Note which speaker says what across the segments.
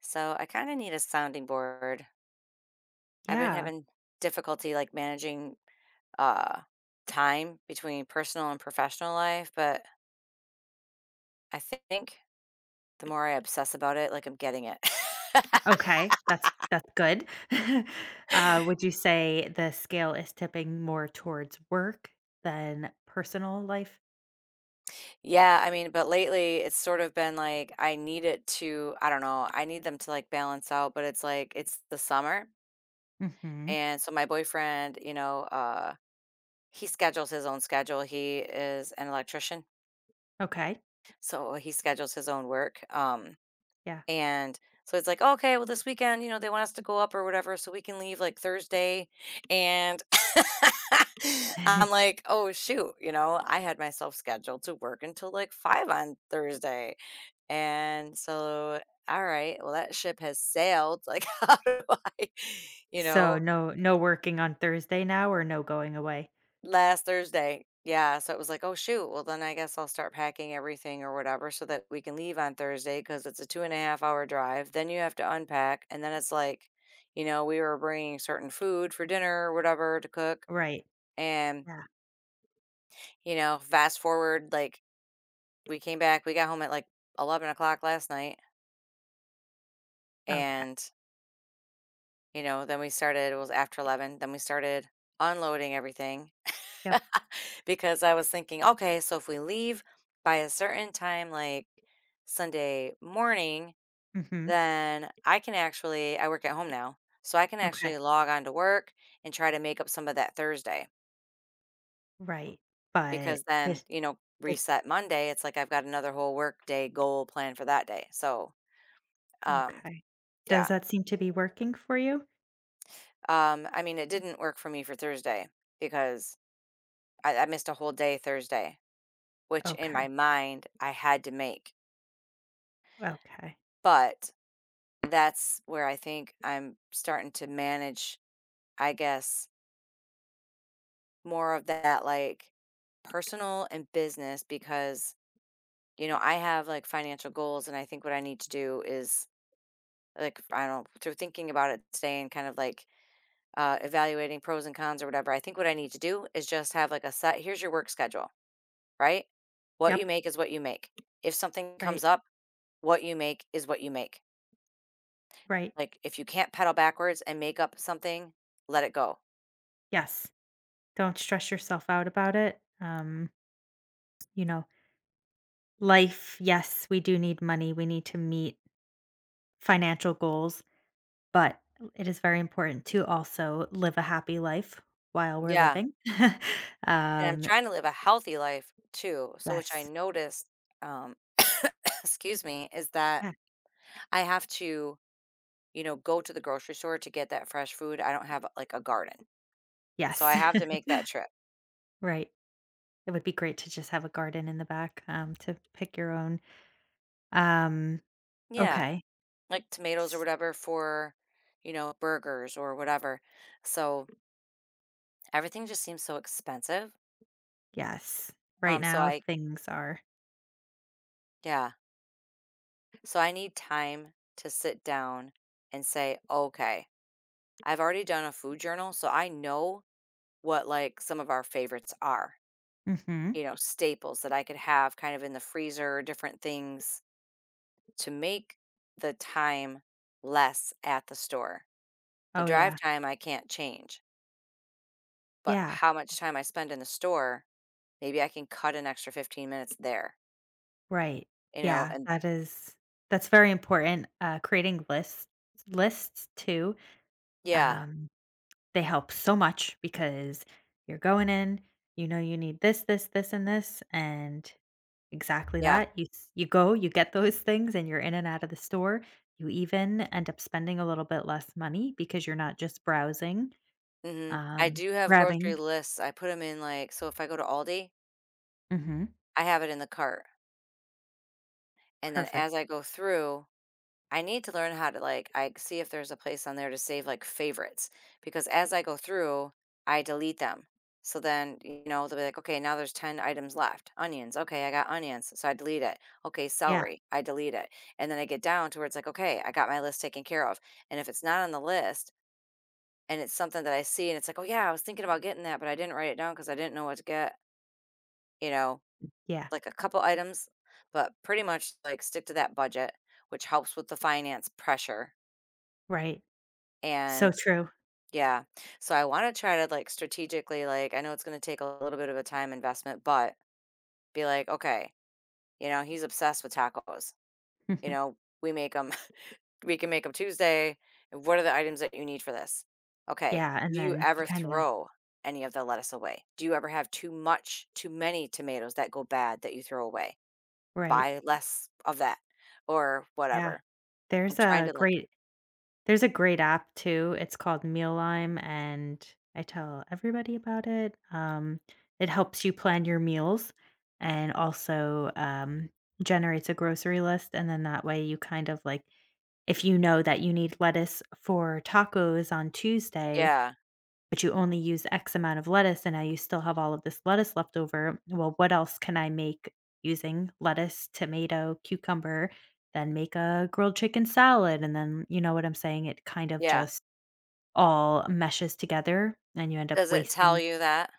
Speaker 1: So I kind of need a sounding board. I've been
Speaker 2: Yeah.
Speaker 1: having difficulty, like, managing uh time between personal and professional life, but I think the more I obsess about it, like, I'm getting it.
Speaker 2: Okay. That's good. Uh, would you say the scale is tipping more towards work than personal life?
Speaker 1: Yeah, I mean, but lately it's sort of been like I need it to, I don't know, I need them to, like, balance out, but it's like it's the summer.
Speaker 2: Mhm.
Speaker 1: And so my boyfriend, you know, he schedules his own schedule. He is an electrician,
Speaker 2: Okay.
Speaker 1: so he schedules his own work.
Speaker 2: Yeah.
Speaker 1: And so it's like, okay, well, this weekend, you know, they want us to go up or whatever, so we can leave, like, Thursday. And I'm like, oh, shoot, you know, I had myself scheduled to work until, like, five on Thursday. And so, all right, well, that ship has sailed. Like, how do I, you
Speaker 2: So
Speaker 1: know?
Speaker 2: no working on Thursday now or no going away?
Speaker 1: Last Thursday. Yeah, so it was like, "Oh, shoot, well, then I guess I'll start packing everything or whatever so that we can leave on Thursday because it's a two-and-a-half-hour drive." Then you have to unpack, and then it's like, you know, we were bringing certain food for dinner or whatever to cook,
Speaker 2: Right.
Speaker 1: and,
Speaker 2: Yeah.
Speaker 1: you know, fast forward, like, we came back, we got home at, like, 11 o'clock last night,
Speaker 2: Okay.
Speaker 1: and, you know, then we started, it was after 11, then we started unloading everything.
Speaker 2: Yep.
Speaker 1: Because I was thinking, okay, so if we leave by a certain time, like Sunday morning,
Speaker 2: Mhm.
Speaker 1: then I can actually, I work at home now. So I can actually
Speaker 2: Okay.
Speaker 1: log on to work and try to make up some of that Thursday,
Speaker 2: Right.
Speaker 1: because
Speaker 2: But
Speaker 1: then,
Speaker 2: this
Speaker 1: you know,
Speaker 2: it
Speaker 1: reset Monday. It's like I've got another whole work day goal planned for that day. So, um,
Speaker 2: okay. Does
Speaker 1: yeah.
Speaker 2: that seem to be working for you?
Speaker 1: I mean, it didn't work for me for Thursday because I missed a whole day Thursday, which in
Speaker 2: Okay.
Speaker 1: my mind I had to make.
Speaker 2: Okay.
Speaker 1: But that's where I think I'm starting to manage, I guess, more of that, like, personal and business because, you know, I have, like, financial goals, and I think what I need to do is, like, I don't, through thinking about it today and kind of, like, evaluating pros and cons or whatever, I think what I need to do is just have, like, a set, here's your work schedule, right? What you
Speaker 2: Yep.
Speaker 1: make is what you make. If something comes
Speaker 2: Right.
Speaker 1: up, what you make is what you make.
Speaker 2: Right.
Speaker 1: Like, if you can't pedal backwards and make up something, let it go.
Speaker 2: Yes. Don't stress yourself out about it. You know, life, yes, we do need money. We need to meet financial goals, but it is very important to also live a happy life while we're
Speaker 1: Yeah.
Speaker 2: living.
Speaker 1: And I'm
Speaker 2: um,
Speaker 1: trying to live a healthy life too. So, which I
Speaker 2: yes.
Speaker 1: noticed, um, excuse me, is that
Speaker 2: Yeah.
Speaker 1: I have to, you know, go to the grocery store to get that fresh food. I don't have, like, a garden. So I
Speaker 2: Yes.
Speaker 1: have to make that trip.
Speaker 2: Right. It would be great to just have a garden in the back to pick your own. Um,
Speaker 1: Yeah.
Speaker 2: okay.
Speaker 1: Like tomatoes or
Speaker 2: S-
Speaker 1: whatever for, you know, burgers or whatever. So everything just seems so expensive.
Speaker 2: Yes. Right
Speaker 1: Um, so
Speaker 2: now,
Speaker 1: I,
Speaker 2: things are.
Speaker 1: yeah. So I need time to sit down and say, okay, I've already done a food journal. So I know what, like, some of our favorites are,
Speaker 2: Hmm.
Speaker 1: you know, staples that I could have kind of in the freezer, different things to make the time less at the store. The
Speaker 2: Oh,
Speaker 1: drive
Speaker 2: yeah.
Speaker 1: time I can't change, but
Speaker 2: Yeah.
Speaker 1: how much time I spend in the store, maybe I can cut an extra 15 minutes there,
Speaker 2: Right.
Speaker 1: you know,
Speaker 2: Yeah,
Speaker 1: and
Speaker 2: that is that's very important, creating lists too,
Speaker 1: yeah,
Speaker 2: um, they help so much because you're going in, you know you need this, this, this, and this, and exactly
Speaker 1: yeah,
Speaker 2: that, you go, you get those things, and you're in and out of the store, you even end up spending a little bit less money because you're not just browsing,
Speaker 1: mhm. I
Speaker 2: um,
Speaker 1: do have
Speaker 2: grabbing.
Speaker 1: grocery lists, I put them in, like, so if I go to Aldi,
Speaker 2: Mhm.
Speaker 1: I have it in the cart, and then
Speaker 2: Perfect.
Speaker 1: as I go through, I need to learn how to, like, I see if there's a place on there to save, like, favorites because as I go through, I delete them. So then, you know, they'll be like, okay, now there's 10 items left. Onions. Okay, I got onions. So I delete it. Okay,
Speaker 2: Yeah,
Speaker 1: celery. I delete it. And then I get down to where it's like, okay, I got my list taken care of. And if it's not on the list and it's something that I see and it's like, oh yeah, I was thinking about getting that, but I didn't write it down because I didn't know what to get, you know,
Speaker 2: yeah,
Speaker 1: like a couple items, but pretty much like stick to that budget, which helps with the finance pressure.
Speaker 2: right. So
Speaker 1: And
Speaker 2: true.
Speaker 1: yeah, so I want to try to, like, strategically, like, I know it's going to take a little bit of a time investment, but be like, okay, you know, he's obsessed with tacos. You know, we make them, we can make them Tuesday. What are the items that you need for this? Okay.
Speaker 2: Yeah, and
Speaker 1: Do you
Speaker 2: then you
Speaker 1: ever
Speaker 2: kinda.
Speaker 1: throw any of the lettuce away? Do you ever have too much, too many tomatoes that go bad that you throw away?
Speaker 2: Right.
Speaker 1: Buy less of that or
Speaker 2: Yeah.
Speaker 1: whatever. I'm
Speaker 2: There's
Speaker 1: trying
Speaker 2: a
Speaker 1: to, like,
Speaker 2: great there's a great app too. It's called Mealime, and I tell everybody about it. It helps you plan your meals, and also generates a grocery list. And then that way you kind of like, if you know that you need lettuce for tacos on Tuesday,
Speaker 1: yeah,
Speaker 2: but you only use X amount of lettuce and now you still have all of this lettuce left over. Well, what else can I make using lettuce, tomato, cucumber, then make a grilled chicken salad? And then, you know what I'm saying? It kind of
Speaker 1: yeah.
Speaker 2: just all meshes together and you end up
Speaker 1: Does it tell
Speaker 2: wasting.
Speaker 1: you that?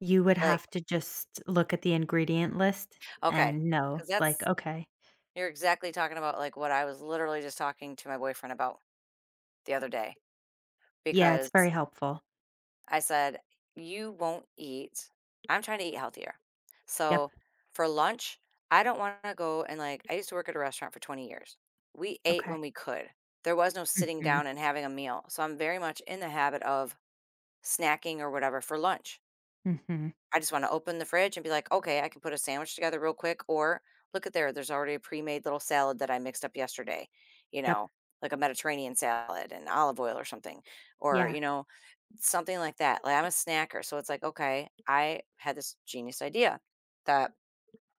Speaker 2: You would
Speaker 1: Like,
Speaker 2: have to just look at the ingredient list
Speaker 1: okay.
Speaker 2: and know,
Speaker 1: Because
Speaker 2: like,
Speaker 1: that's,
Speaker 2: okay,
Speaker 1: you're exactly talking about, like, what I was literally just talking to my boyfriend about the other day
Speaker 2: yeah, it's
Speaker 1: because
Speaker 2: very helpful.
Speaker 1: I said, "You won't eat." I'm trying to eat healthier.
Speaker 2: Yep.
Speaker 1: So, for lunch, I don't wanna go and, like, I used to work at a restaurant for 20 years. We ate when
Speaker 2: Okay.
Speaker 1: we could. There was no sitting
Speaker 2: Hmm.
Speaker 1: down and having a meal, so I'm very much in the habit of snacking or whatever for lunch.
Speaker 2: Hmm.
Speaker 1: I just want to open the fridge and be like, okay, I can put a sandwich together real quick. Or look at there, there's already a pre made little salad that I mixed up yesterday, you
Speaker 2: Yep.
Speaker 1: know, like a Mediterranean salad and olive oil or something, or,
Speaker 2: Yeah.
Speaker 1: you know, something like that. Like, I'm a snacker. So it's like, okay, I had this genius idea that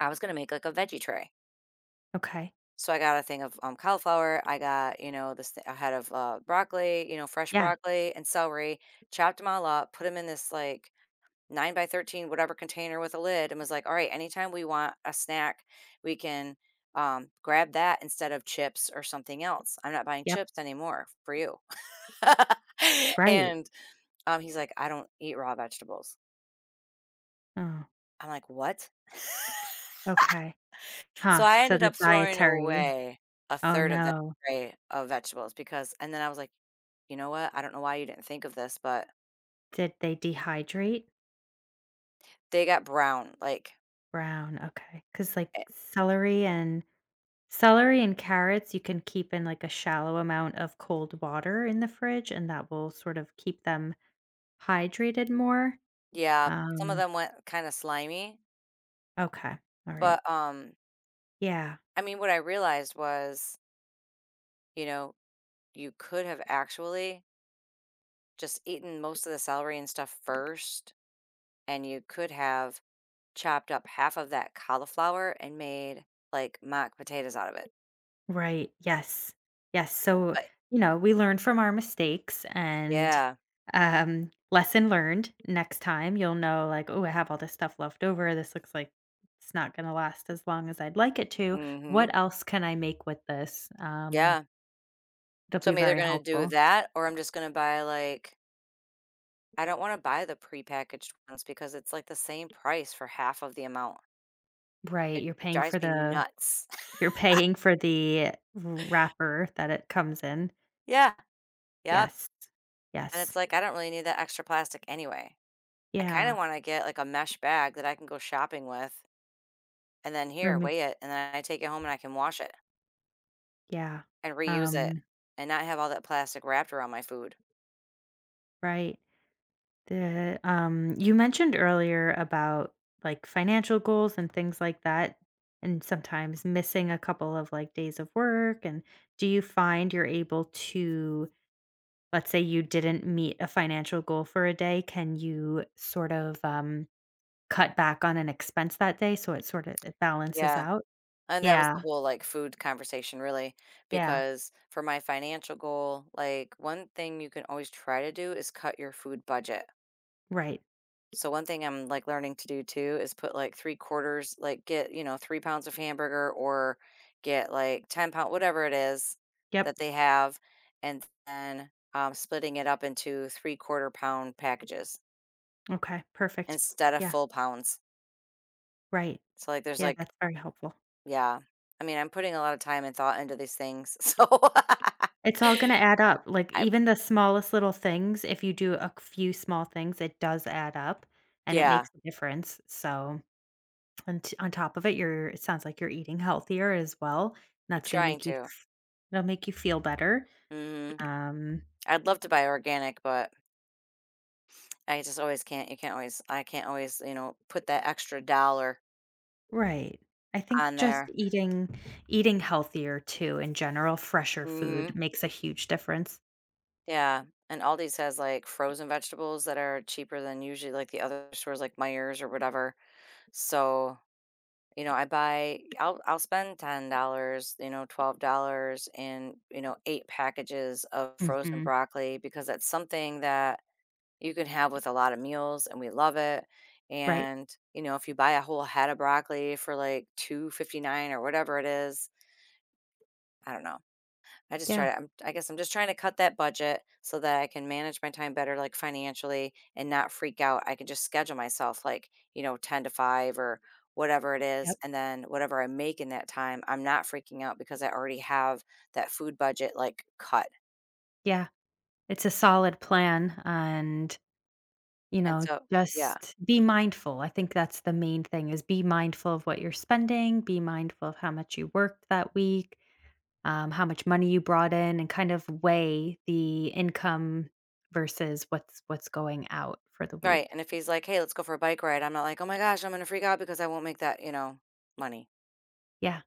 Speaker 1: I was going to make, like, a veggie tray.
Speaker 2: Okay.
Speaker 1: So I got a thing of cauliflower. I got, you know, a head of broccoli, you know, fresh
Speaker 2: Yeah.
Speaker 1: broccoli and celery, chopped them all up, put them in this like 9 by 13 whatever container with a lid and was like, "All right, anytime we want a snack, we can grab that instead of chips or something else. I'm not buying
Speaker 2: Yep.
Speaker 1: chips anymore for you."
Speaker 2: Right.
Speaker 1: And he's like, "I don't eat raw vegetables."
Speaker 2: Oh,
Speaker 1: I'm like, "What?"
Speaker 2: okay.
Speaker 1: So
Speaker 2: Huh,
Speaker 1: I
Speaker 2: so
Speaker 1: ended
Speaker 2: the
Speaker 1: up throwing
Speaker 2: dietary,
Speaker 1: away a
Speaker 2: oh,
Speaker 1: third of that
Speaker 2: no.
Speaker 1: tray of vegetables because, and then I was like, "You know what? I don't know why you didn't think of this, but
Speaker 2: Did they dehydrate?
Speaker 1: they got brown. Like,
Speaker 2: Brown. Okay, because like,
Speaker 1: eh,
Speaker 2: celery and carrots, you can keep in, like, a shallow amount of cold water in the fridge, and that will sort of keep them hydrated more.
Speaker 1: yeah, some of
Speaker 2: Um,
Speaker 1: them went kind of slimy,
Speaker 2: okay,
Speaker 1: but
Speaker 2: alright. Yeah.
Speaker 1: I mean, what I realized was, you know, you could have actually just eaten most of the celery and stuff first, and you could have chopped up half of that cauliflower and made like mock potatoes out of it.
Speaker 2: Right. Yes. Yes. So,
Speaker 1: But
Speaker 2: you know, we learn from our mistakes, and
Speaker 1: yeah,
Speaker 2: um, lesson learned. Next time you'll know like, oh, I have all this stuff left over. This looks like it's not going to last as long as I'd like it to. What
Speaker 1: mhm,
Speaker 2: else can I make with this? Um,
Speaker 1: yeah.
Speaker 2: it'll
Speaker 1: So
Speaker 2: be
Speaker 1: I'm either
Speaker 2: very
Speaker 1: gonna do
Speaker 2: helpful.
Speaker 1: that or I'm just gonna buy like, I don't want to buy the prepackaged ones because it's like the same price for half of the amount.
Speaker 2: Right.
Speaker 1: It drives me nuts.
Speaker 2: You're paying for the wrapper that it comes in.
Speaker 1: Yeah, yep.
Speaker 2: Yes.
Speaker 1: And it's
Speaker 2: Yes.
Speaker 1: like I don't really need that extra plastic anyway. I kinda
Speaker 2: Yeah.
Speaker 1: wanna get, like, a mesh bag that I can go shopping with, and then, "Here,
Speaker 2: Remo-
Speaker 1: weigh it," and then I take it home and I can wash it
Speaker 2: Yeah.
Speaker 1: and reuse it
Speaker 2: Um
Speaker 1: and not have all that plastic wrapped around my food.
Speaker 2: right. The You mentioned earlier about like financial goals and things like that, and sometimes missing a couple of like days of work. And do you find you're able to, let's say you didn't meet a financial goal for a day, can you sort of cut back on an expense that day so it sort of it balances
Speaker 1: Yeah,
Speaker 2: out?
Speaker 1: and that was the
Speaker 2: Yeah,
Speaker 1: whole, like, food conversation really,
Speaker 2: yeah,
Speaker 1: because for my financial goal, like, one thing you can always try to do is cut your food budget.
Speaker 2: right.
Speaker 1: So one thing I'm like learning to do too is put like three quarters, like get, you know, 3 pounds of hamburger or get like 10 pound, whatever it is
Speaker 2: Yep.
Speaker 1: that they have. And then splitting it up into three quarter pound packages
Speaker 2: Okay, perfect.
Speaker 1: instead of
Speaker 2: Yeah,
Speaker 1: full pounds.
Speaker 2: right.
Speaker 1: So like there's
Speaker 2: Yeah,
Speaker 1: like,
Speaker 2: that's very helpful.
Speaker 1: yeah, I mean, I'm putting a lot of time and thought into these things. So
Speaker 2: It's all gonna add up, like,
Speaker 1: I,
Speaker 2: even the smallest little things, if you do a few small things, it does add up, and it
Speaker 1: yeah,
Speaker 2: makes a difference, so, on top of it, you're it sounds like you're eating healthier as well, and
Speaker 1: I'm
Speaker 2: that's gonna
Speaker 1: trying
Speaker 2: make you
Speaker 1: to.
Speaker 2: f it'll make you feel better,
Speaker 1: Hmm.
Speaker 2: um.
Speaker 1: I'd love to buy organic, but I just always can't you can't always, you know, put that extra dollar
Speaker 2: Right. I think
Speaker 1: on
Speaker 2: just
Speaker 1: there.
Speaker 2: eating healthier too, in general, fresher food
Speaker 1: Mhm.
Speaker 2: makes a huge difference.
Speaker 1: Yeah, and Aldi's has, like, frozen vegetables that are cheaper than usually, like, the other stores, like Meijer or whatever. So, you know, I'll spend $10, you know, $12 in, you know, 8 packages of frozen
Speaker 2: Mhm.
Speaker 1: broccoli because that's something that you can have with a lot of meals and we love it.
Speaker 2: Right.
Speaker 1: And, you know, if you buy a whole head of broccoli for like 2.59 or whatever it is, I don't know. I just try
Speaker 2: Yeah.
Speaker 1: to I guess I'm just trying to cut that budget so that I can manage my time better like financially and not freak out. I can just schedule myself like, you know, 10 to 5 or whatever it is
Speaker 2: Yep.
Speaker 1: and then whatever I make in that time, I'm not freaking out because I already have that food budget like cut.
Speaker 2: Yeah. It's a solid plan, and you
Speaker 1: And
Speaker 2: know,
Speaker 1: so, yeah.
Speaker 2: just be mindful. I think that's the main thing is be mindful of what you're spending, be mindful of how much you worked that week, how much money you brought in, and kind of weigh the income versus what's going out for the
Speaker 1: Right,
Speaker 2: week.
Speaker 1: and if he's like, "Hey, let's go for a bike ride," I'm not like, "Oh my gosh, I'm gonna freak out because I won't make that, you know, money."
Speaker 2: Yeah.